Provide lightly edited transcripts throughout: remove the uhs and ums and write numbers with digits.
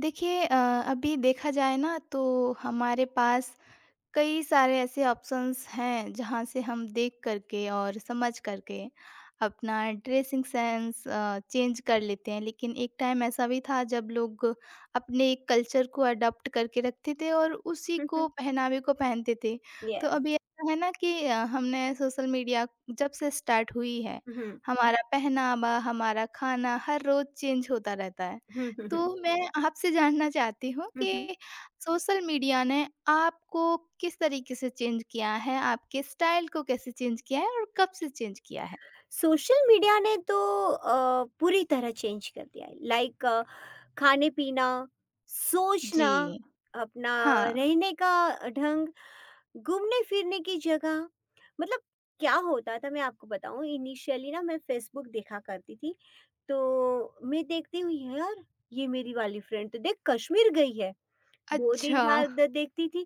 देखिए अभी देखा जाए ना तो हमारे पास कई सारे ऐसे ऑप्शंस हैं जहाँ से हम देख करके और समझ करके अपना ड्रेसिंग सेंस चेंज कर लेते हैं। लेकिन एक टाइम ऐसा भी था जब लोग अपने कल्चर को अडॉप्ट करके रखते थे और उसी हुँ, को हुँ। पहनावे को पहनते थे। तो अभी यस। ऐसा है ना कि हमने सोशल मीडिया जब से स्टार्ट हुई है हुँ, हुँ। हमारा पहनावा हमारा खाना हर रोज चेंज होता रहता है। हुँ, हुँ, तो हुँ। मैं आपसे जानना चाहती हूँ हुँ, हुँ। कि सोशल मीडिया ने आपको किस तरीके से चेंज किया है? आपके स्टाइल को कैसे चेंज किया है और कब से चेंज किया है? सोशल मीडिया ने तो पूरी तरह चेंज कर दिया है। लाइक खाने-पीना, सोचना, जी। अपना हाँ। रहने का ढंग, घूमने-फिरने की जगह। मतलब क्या होता था मैं आपको बताऊँ? इनिशियली ना मैं फेसबुक देखा करती थी, तो मैं देखती हूँ यार, ये मेरी वाली फ्रेंड तो देख, कश्मीर गई है। 2 दिन अच्छा, बाद देखती थी,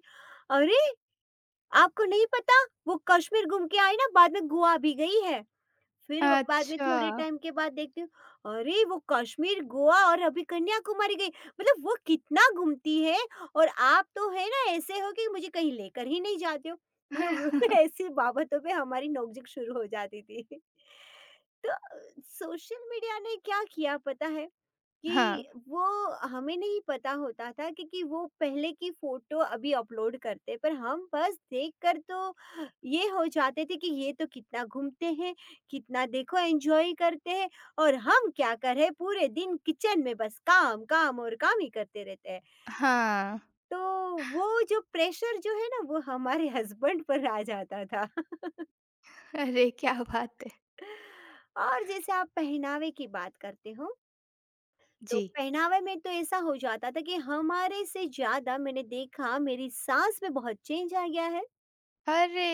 अरे! आपको नहीं पता? वो कश्मीर घूम के आई ना, बाद में गोवा भी गई है। फिर वो बाद में अच्छा। थोड़े टाइम के बाद देखती हूँ, अरे! वो कश्मीर, गोवा और अभी कन्याकुमारी गई। मतलब वो कितना घूमती है, और आप तो है ना ऐसे हो कि मुझे कहीं लेकर ही नहीं जाते हो। मतलब ऐसी बाबतों पे हमारी नोक-झोंक शुरू हो जाती थी। तो सोशल मीडिया ने क्या किया पता है? हाँ, कि वो हमें नहीं पता होता था कि वो पहले की फोटो अभी अपलोड करते, पर हम बस देखकर तो ये हो जाते थे कि ये तो कितना घूमते हैं, कितना देखो एंजॉय करते हैं, और हम क्या कर रहे हैं? पूरे दिन किचन में बस काम, काम और काम ही करते रहते हैं। हाँ। तो वो जो प्रेशर जो है ना वो हमारे हस्बैंड पर आ जाता था। अरे क्या बात है! और जैसे आप पहनावे की बात करते हो, तो जी। पहनावे में तो ऐसा हो जाता था कि हमारे से ज़्यादा, मैंने देखा, मेरी सास में बहुत चेंज आ गया है। अरे!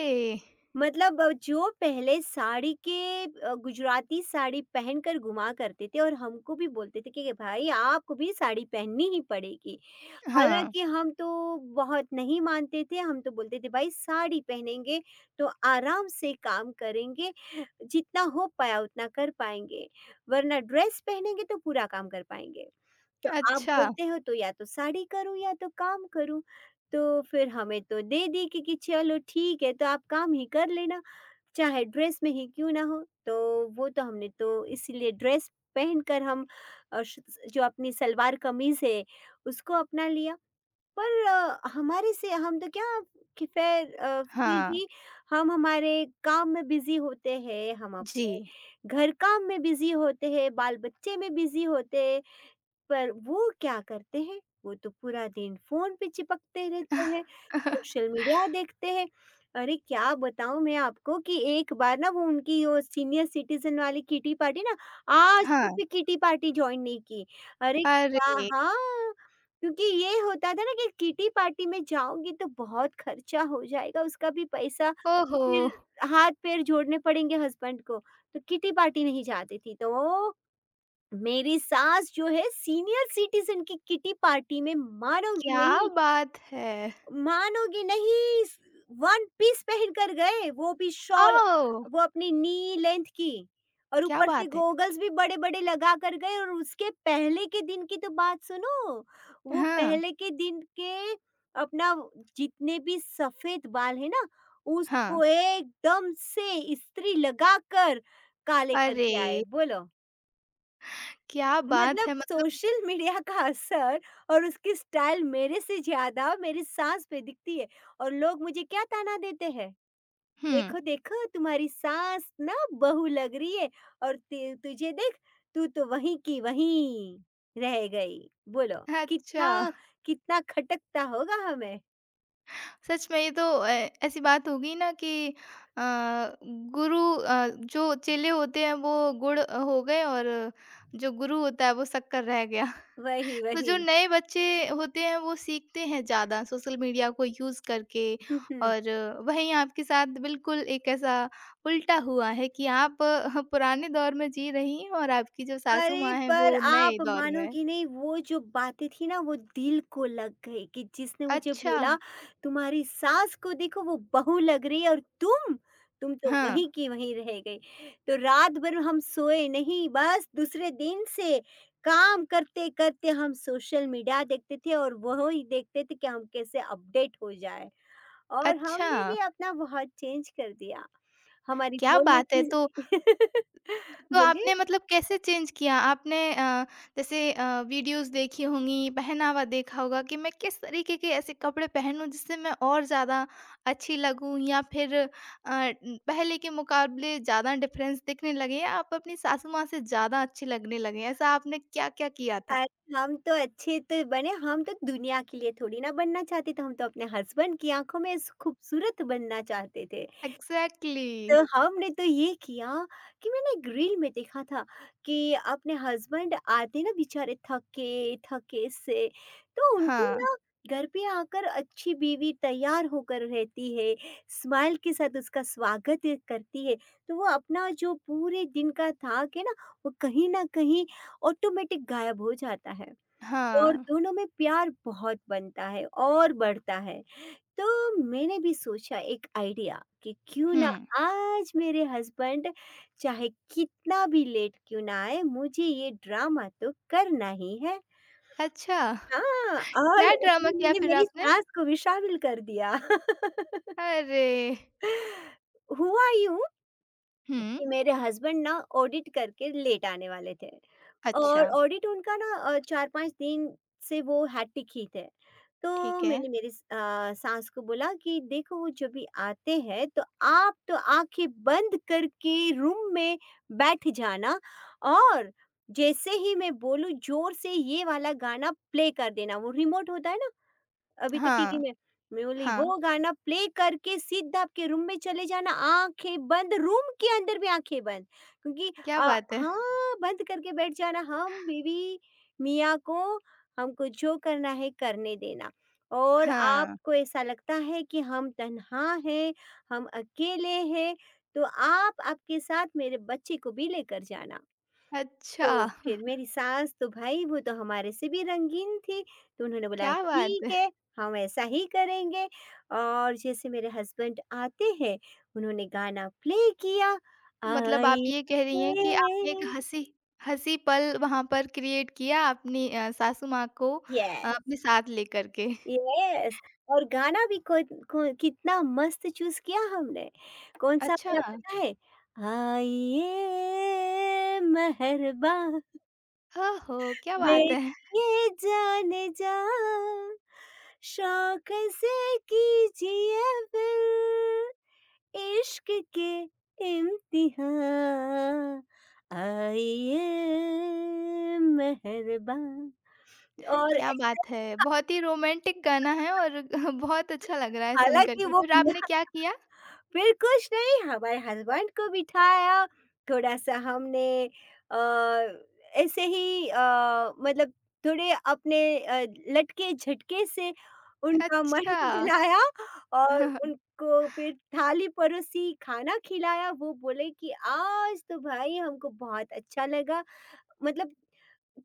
मतलब जो पहले साड़ी के, गुजराती साड़ी पहनकर घुमा करते थे, और हमको भी बोलते थे कि भाई आपको भी साड़ी पहननी ही पड़ेगी। हाँ, हालाँकि हम तो बहुत नहीं मानते थे, हम तो बोलते थे भाई साड़ी पहनेंगे तो आराम से काम करेंगे, जितना हो पाया उतना कर पाएँगे, वरना ड्रेस पहनेंगे तो पूरा काम कर पाएँगे। तो आप अच्छा। बोलते हो तो या तो साड़ी करूँ या तो काम करूँ। तो फिर हमें तो दे दी कि चलो ठीक है, तो आप काम ही कर लेना, चाहे ड्रेस में ही क्यों ना हो। तो वो तो हमने तो इसीलिए ड्रेस पहनकर हम अ, श जो अपनी सलवार कमीज़ है उसको अपना लिया। पर हमारे से हम तो क्या, कि फिर हाँ। भी हम हमारे काम में बिज़ी होते हैं, हम जी। अपने घर काम में बिज़ी होते हैं, बाल-बच्चे में बिज़ी होते हैं। पर वो क्या करते हैं? वो तो पूरा दिन फ़ोन पे चिपकते रहते हैं, सोशल मीडिया देखते हैं। अरे क्या बताऊँ मैं आपको कि एक बार ना वो उनकी वो सीनियर सिटीज़न वाली किटी पार्टी ना, आज हाँ। तक भी किटी पार्टी जॉइन नहीं की। अरे क्या, अरे! हाँ, क्योंकि ये होता था ना कि किटी पार्टी में जाऊँगी तो बहुत खर्चा हो जाएगा, उसका भी पैसा, ओहो! फिर हाथ-पैर जोड़ने पड़ेंगे हस्बैंड को, तो किटी पार्टी नहीं जाती थी। तो मेरी सास जो है सीनियर सिटीजन की किटी पार्टी में, मानोगे क्या नहीं, बात है! मानोगे नहीं, वन पीस पहन कर गए, वो भी शॉल, ओह! वो अपनी नी लेंथ की, और क्या ऊपर से बात है! गोगल्स भी बड़े बड़े लगा कर गए। और उसके पहले के दिन की तो बात सुनो, वो हाँ, पहले के दिन के अपना जितने भी सफेद बाल है ना, हाँ। उसको एकदम से इस्त्री लगा कर काले अरे! करके आए, बोलो! क्या बात है! मतलब मतलब सोशल मीडिया का असर, और उसकी स्टाइल मेरे से ज़्यादा मेरी सास पे दिखती है। और लोग मुझे क्या ताना देते हैं, हुँ। "देखो, देखो, तुम्हारी सास ना बहू लग रही है, और ते तुझे देख, तू तो वहीं की वहीं रह गई।" बोलो, अच्छा, कितना कितना खटकता होगा हमें। सच में ये तो ऐसी बात हो गई ना कि गुरु जो चेले होते हैं वो गुड़ हो गए और जो गुरु होता है वो शक्कर रह गया। वही, तो वही। जो नए बच्चे होते हैं वो सीखते हैं ज़्यादा सोशल मीडिया को यूज़ करके। और वहीं आपके साथ बिल्कुल एक ऐसा उल्टा हुआ है कि आप पुराने दौर में जी रही हैं और आपकी जो सासू अरे! माँ हैं पर वो नए आप दौर में हैं। मानोगी नहीं, वो जो बातें थी ना वो दिल को लग गई, कि जिसने मुझे अच्छा। बोला तुम्हारी सास को देखो वो बहू लग रही है, और तुम तो हाँ, वहीं की वहीं रह गई। तो रात भर हम सोए नहीं, बस दूसरे दिन से काम करते-करते हम सोशल मीडिया देखते थे, और वही देखते थे कि हम कैसे अपडेट हो जाए। और अच्छा, हमने भी अपना बहुत चेंज कर दिया। हमारी क्या बोलने बात है! की। तो बोलिए? आपने मतलब कैसे चेंज किया? आपने जैसे वीडियोज़ देखी होंगी, पहनावा देखा होगा कि मैं किस तरीके के ऐसे कपड़े पहनूँ जिससे मैं और ज़्यादा अच्छी लगूँ, या फिर न पहले के मुकाबले ज़्यादा डिफ़रेंस दिखने लगे, या आप अपनी सासू माँ से ज़्यादा अच्छी लगने लगे? ऐसा आपने क्या-क्या किया था? अरे हम तो अच्छे तो बने, हम तो दुनिया के लिए थोड़ी ना बनना चाहते थे, हम तो अपने हस्बैंड की आँखों में स खूबसूरत बनना चाहते थे। एग्ज़ैक्टली। तो हमने तो ये किया कि मैंने एक रील में देखा था कि अपने हस्बैंड आते ना बेचारे थके-थके से, तो उनको हाँ, ना घर पे आकर अच्छी बीवी तैयार होकर रहती है, स्माइल के साथ उसका स्वागत करती है, तो वो अपना जो पूरे दिन का थक है ना, वो कहीं न कहीं ऑटोमैटिक गायब हो जाता है। और हाँ। दोनों में प्यार बहुत बनता है और बढ़ता है। तो मैंने भी सोचा एक आइडिया कि क्यों ना हुँ। आज मेरे हस्बैंड चाहे कितना भी लेट क्यों ना आए, मुझे ये ड्रामा तो करना ही है। अच्छा, हाँ, और क्या ड्रामा उसमें किया मैंने फिर मेरी आपने? सास को भी शामिल कर दिया। अरे! हुआ यूँ हुँ। कि मेरे हस्बैंड ना ऑडिट करके लेट आने वाले थे। अच्छा, और ऑडिट उनका ना, 4-5 दिन से वो हैट्रिक-हिट है। तो ठीक है। मैंने मेरी सास को बोला कि देखो वो जब भी आते हैं तो आप तो आँखें बंद करके रूम में बैठ जाना, और जैसे ही मैं बोलूँ ज़ोर से ये वाला गाना प्ले कर देना, वो रिमोट होता है ना अभी तो टीवी हाँ, में। मैं बोली हाँ। वो गाना प्ले करके सीधा आपके रूम में चले जाना, आंखें बंद, रूम के अंदर भी आंखें बंद, क्योंकि क्या अ, बात है! हाँ, बंद करके बैठ जाना, हम बीवी मियाँ को, हमको जो करना है करने देना, और हाँ, आपको ऐसा लगता है कि हम तन्हा हैं, हम अकेले हैं, तो आप आपके साथ मेरे बच्चे को भी लेकर जाना। अच्छा तो फिर मेरी सास तो भाई वो तो हमारे से भी रंगीन थी, तो उन्होंने बोला क्या बात है! ठीक है, हम ऐसा ही करेंगे। और जैसे मेरे हस्बैंड आते हैं, उन्होंने गाना प्ले किया। मतलब आप आई ये कह रही हैं कि आपने एक ए हँसी हँसी पल वहाँ पर क्रिएट किया अपनी सासू माँ को, यस, अपने साथ लेकर के। यस, और गाना भी को कितना मस्त चूज़ किया हमने, कौन-सा अच्छा, वाला पता है? आइए मेहरबा, ओहो! क्या बात है! बैठिए, जान जा, शौक से कीजिए, फिर इश्क के इम्तिहान, आइए मेहरबान। और क्या बात है! बहुत ही रोमांटिक गाना है और बहुत अच्छा लग रहा है सुन कर हालांकि के। वो फिर आपने क्या किया? फिर कुछ नहीं, हमारे हस्बैंड को बिठाया, थोड़ा-सा हमने अ, ऐसे ही, मतलब थोड़े अपने लटके-झटके से उनका मन अच्छा। बहलाया, और उनको फिर थाली परोसी, खाना खिलाया, वो बोले कि आज तो भाई हमको बहुत अच्छा लगा। मतलब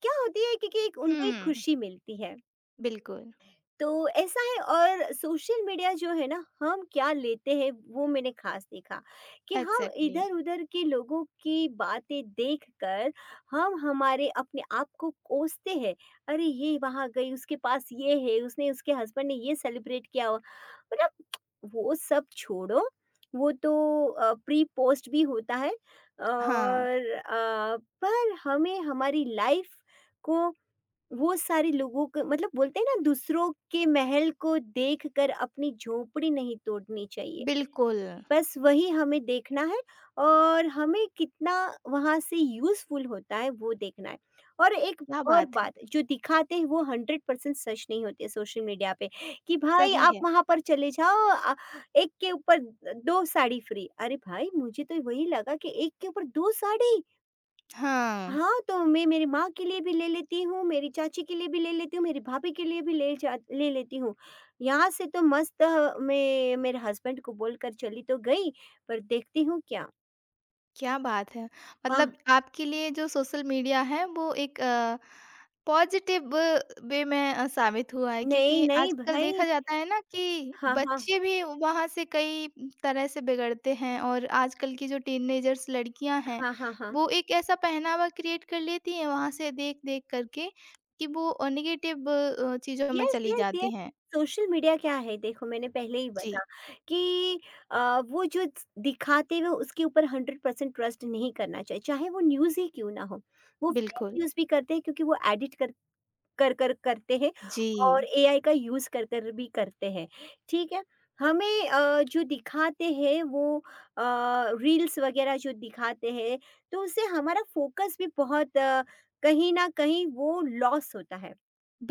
क्या होती है कि एक उनको एक हुँ, खुशी मिलती है। बिल्कुल, तो ऐसा है। और सोशल मीडिया जो है ना, हम क्या लेते हैं वो मैंने खास देखा, कि हम एग्ज़ैक्टली। इधर-उधर के लोगों की बातें देखकर हम हमारे अपने आप को कोसते हैं। अरे! ये वहाँ गई, उसके पास ये है, उसने उसके हस्बैंड ने ये सेलिब्रेट किया हुआ। मतलब वो सब छोड़ो, वो तो प्री पोस्ट भी होता है, हाँ, और पर हमें हमारी लाइफ को, वो सारे लोगों को मतलब बोलते हैं ना, दूसरों के महल को देखकर अपनी झोपड़ी नहीं तोड़नी चाहिए। बिल्कुल, बस वही हमें देखना है, और हमें कितना वहाँ से यूज़फुल होता है वो देखना है। और एक क्या और बात है! बात, जो दिखाते हैं वो 100% सच नहीं होती है सोशल मीडिया पे, कि भाई सही आप है। वहाँ पर चले जाओ, एक के ऊपर 2 साड़ी फ्री। अरे भाई मुझे तो वही लगा कि एक के ऊपर 2 साड़ी! हाँ। हाँ, तो मैं मेरी माँ के लिए भी ले लेती हूँ, मेरी चाची के लिए भी ले लेती हूँ, मेरी भाभी के लिए भी ले लेती हूँ। यहाँ से तो मस्त मैं मेरे हस्बैंड को बोलकर चली तो गई, पर देखती हूँ क्या? क्या बात है! आह! मतलब आपके लिए जो सोशल मीडिया है वो एक पॉज़िटिव वे में साबित हुआ है, नहीं, क्योंकि नहीं आजकल भाई। देखा जाता है ना कि हाँ, हाँ। बच्चे भी वहाँ से कई तरह से बिगड़ते हैं, और आजकल की जो टीनेजर्स लड़कियाँ हैं, हाँ, हाँ, हाँ। वो एक ऐसा पहनावा क्रिएट कर लेती हैं वहाँ से देख-देख करके कि वो नेगेटिव चीज़ों में यस, चली यस, यस। जाती हैं। सोशल मीडिया क्या है? देखो मैंने पहले ही जी, बता कि वो जो दिखाते हैं उसके ऊपर 100% ट्रस्ट नहीं करना चाहिए, चाहे वो न्यूज़ ही क्यों ना हो। वो फेक बिल्कुल। न्यूज़ भी करते हैं, क्योंकि वो एडिट कर कर कर करते हैं, और जी, एआई का यूज़ कर कर भी करते हैं, ठीक है? हमें जो दिखाते हैं वो, अ, रील्स वगैरह जो दिखाते हैं, तो उससे हमारा फ़ोकस भी बहुत, कहीं न कहीं वो लॉस होता है।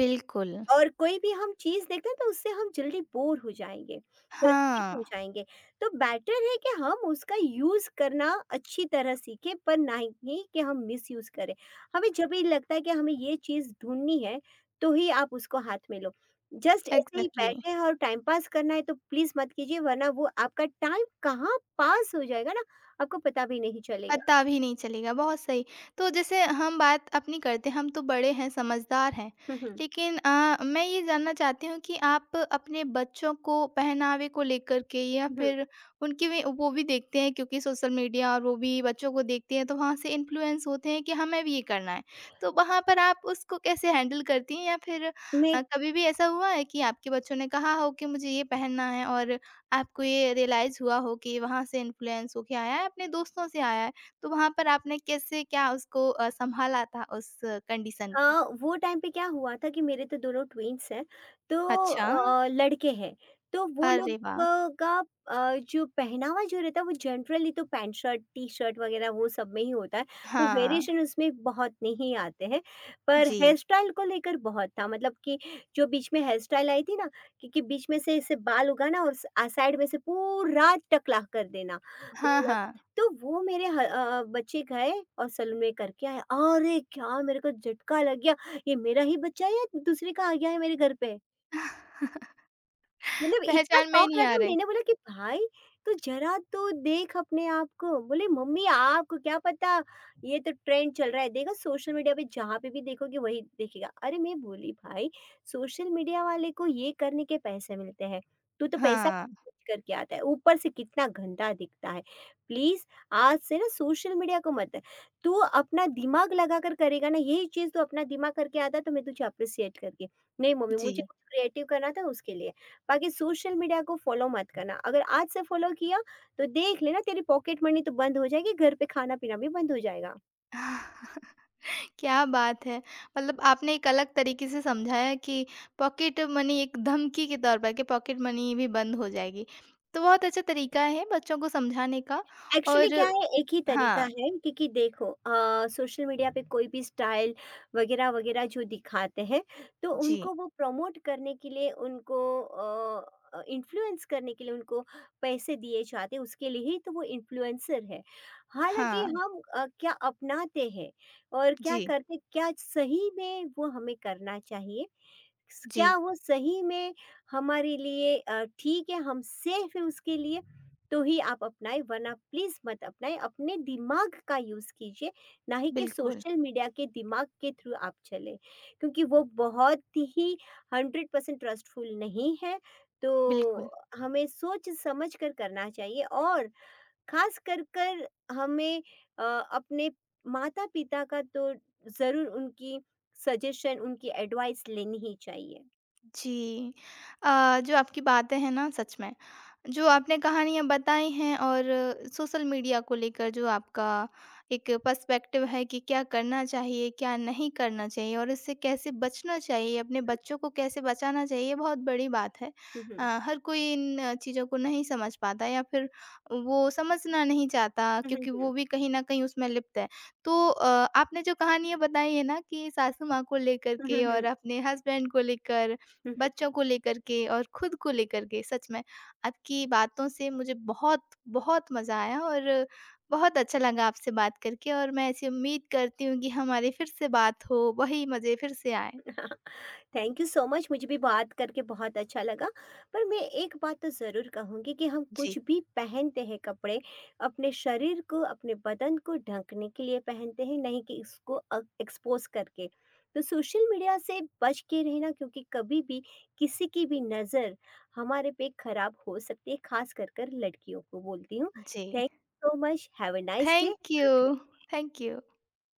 बिल्कुल। और कोई भी हम चीज़ देखते हैं तो उससे हम जल्दी बोर हो जाएँगे, फ्रस्ट्रेट हो हाँ, जाएँगे। तो बेटर है कि हम उसका यूज़ करना अच्छी तरह सीखें, पर ना ही कि हम मिसयूज़ करें। हमें जब भी लगता है कि हमें ये चीज़ ढूँढनी है, तो ही आप उसको हाथ में लो। जस्ट ऐसे ही एग्ज़ैक्टली। बैठे हैं और टाइम पास करना है तो प्लीज़ मत कीजिए, वरना वो आपका टाइम कहाँ पास हो जाएगा ना, आपको पता भी नहीं चलेगा। पता भी नहीं चलेगा, बहुत सही। तो जैसे हम बात अपनी करते हैं, हम तो बड़े हैं, समझदार हैं। हुँ, हुँ। लेकिन मैं ये जानना चाहती हूँ कि आप अपने बच्चों को पहनावे को लेकर के, या हुँ, हुँ। फिर उनकी भी वो भी देखते हैं क्योंकि सोशल मीडिया और वो भी बच्चों को देखते हैं, तो वहाँ से इन्फ्लुएंस होते हैं कि हमें भी ये करना है। तो वहाँ पर आप उसको कैसे हैंडल करती हैं? या फिर मैं कभी भी ऐसा हुआ है कि आपके बच्चों ने कहा हो कि मुझे ये पहनना है और आपको ये रियलाइज़ हुआ हो कि वहाँ से इन्फ्लुएंस होके आया है, अपने दोस्तों से आया है? तो वहाँ पर आपने कैसे क्या उसको सँभाला था उस कंडीशन अ, को? वो टाइम पे क्या हुआ था कि मेरे तो दोनों ट्विन्स हैं, तो अच्छा, लड़के हैं, तो वो लोग अरे वाह! जो पहनावा जो रहता है वो जनरली तो पैंट शर्ट, टी-शर्ट वगैरह वो सब में ही होता है, तो हाँ, वेरिएशन उसमें बहुत नहीं आते हैं, पर जी। हेयर स्टाइल को लेकर बहुत था, मतलब कि जो बीच में हेयर स्टाइल आई थी ना, क्योंकि बीच में से ऐसे बाल उगाना और साइड में से पूरा टकला कर देना। हाँ, मतलब हाँ, तो वो मेरे बच्चे गए और सैलून में करके आए। अरे! क्या मेरे को झटका लग गया, ये मेरा ही बच्चा है या दूसरे का आ गया है मेरे घर पे? मतलब इतना पहचान में ही शौक नहीं आ लगा, रहे। मैंने बोला कि भाई तू जरा तो देख अपने आप को। बोले मम्मी आपको क्या पता, ये तो ट्रेंड चल रहा है, देखा सोशल मीडिया पे, जहाँ पे भी देखोगे वही देखेगा। अरे मैं बोली भाई, सोशल मीडिया वाले को ये करने के पैसे मिलते हैं, तू तो पैसा हाँ, खर्च करके आता है, ऊपर से कितना गंदा दिखता है। प्लीज, आज से ना सोशल मीडिया को मत, तू अपना दिमाग लगा कर करेगा ना, यही चीज तू अपना दिमाग करके आता तो मैं तुझे अप्रिसिएट करके। नहीं मम्मी, जी। मुझे कुछ क्रिएटिव करना था उसके लिए। बाकी सोशल मीडिया को फॉलो मत करना, अगर आज से फॉलो किया तो देख लेना, तेरी पॉकेट मनी तो बंद हो जाएगी, घर पे खाना पीना भी बंद हो जाएगा। क्या बात है! मतलब आपने एक अलग तरीके से समझाया कि पॉकेट मनी एक धमकी के तौर पर कि पॉकेट मनी भी बंद हो जाएगी। तो बहुत अच्छा तरीका है बच्चों को समझाने का। एक्चुअली और क्या है, एक ही तरीका हाँ, है, क्योंकि देखो सोशल मीडिया पे कोई भी स्टाइल वगैरह वगैरह जो दिखाते हैं, तो जी। उनको वो प्रमोट करने के लिए, उनको इन्फ्लुएंस करने के लिए उनको पैसे दिए जाते हैं, उसके लिए ही तो वो इन्फ्लुएंसर है। हालांकि हाँ, हम क्या अपनाते हैं और क्या जी, करते, क्या सही में वो हमें करना चाहिए, जी। क्या वो सही में हमारे लिए ठीक है, हम सेफ है उसके लिए, तो ही आप अपनाएं, वरना प्लीज़ मत अपनाएं। अपने दिमाग का यूज़ कीजिए, ना ही कि बिल्कुल, सोशल मीडिया के दिमाग के थ्रू आप चलें, क्योंकि वो बहुत ही 100% ट्रस्टफुल नहीं है। तो बिल्कुल। हमें सोच समझ कर करना चाहिए, और ख़ास कर कर हमें अपने माता-पिता का तो ज़रूर, उनकी सजेशन, उनकी एडवाइस लेनी ही चाहिए। जी। जो आपकी बातें हैं ना सच में, जो आपने कहानियाँ बताई हैं, और सोशल मीडिया को लेकर जो आपका एक पर्सपेक्टिव है कि क्या करना चाहिए, क्या नहीं करना चाहिए, और इससे कैसे बचना चाहिए, अपने बच्चों को कैसे बचाना चाहिए, ये बहुत बड़ी बात है। हुँ, हुँ। हर कोई इन चीज़ों को नहीं समझ पाता, या फिर वो समझना नहीं चाहता हुँ, हुँ, क्योंकि वो हुँ। भी कहीं न कहीं उसमें लिप्त है। तो आपने जो कहानियाँ बताई हैं ना कि सासू माँ को लेकर हुँ, हुँ, के और हुँ। अपने हस्बैंड को लेकर, हुँ, बच्चों को लेकर के और खुद को लेकर के, सच में आपकी बातों से मुझे बहुत, बहुत मज़ा आया। और बहुत अच्छा लगा आपसे बात करके, और मैं ऐसी उम्मीद करती हूँ कि हमारी फिर से बात हो, वही मज़े फिर से आएँ। हुँ। थैंक यू सो मच, मुझे भी बात करके बहुत अच्छा लगा। पर मैं एक बात तो ज़रूर कहूँगी कि हम जी। कुछ भी पहनते हैं कपड़े, अपने शरीर को, अपने बदन को ढँकने के लिए पहनते हैं, नहीं कि इसको एक्सपोज़ करके। तो सोशल मीडिया से बच के रहना, क्योंकि कभी भी किसी की भी नज़र हमारे पे खराब हो सकती है, ख़ास कर कर लड़कियों को बोलती हूँ। जी, thank you so much, have a nice thank day. You, thank you.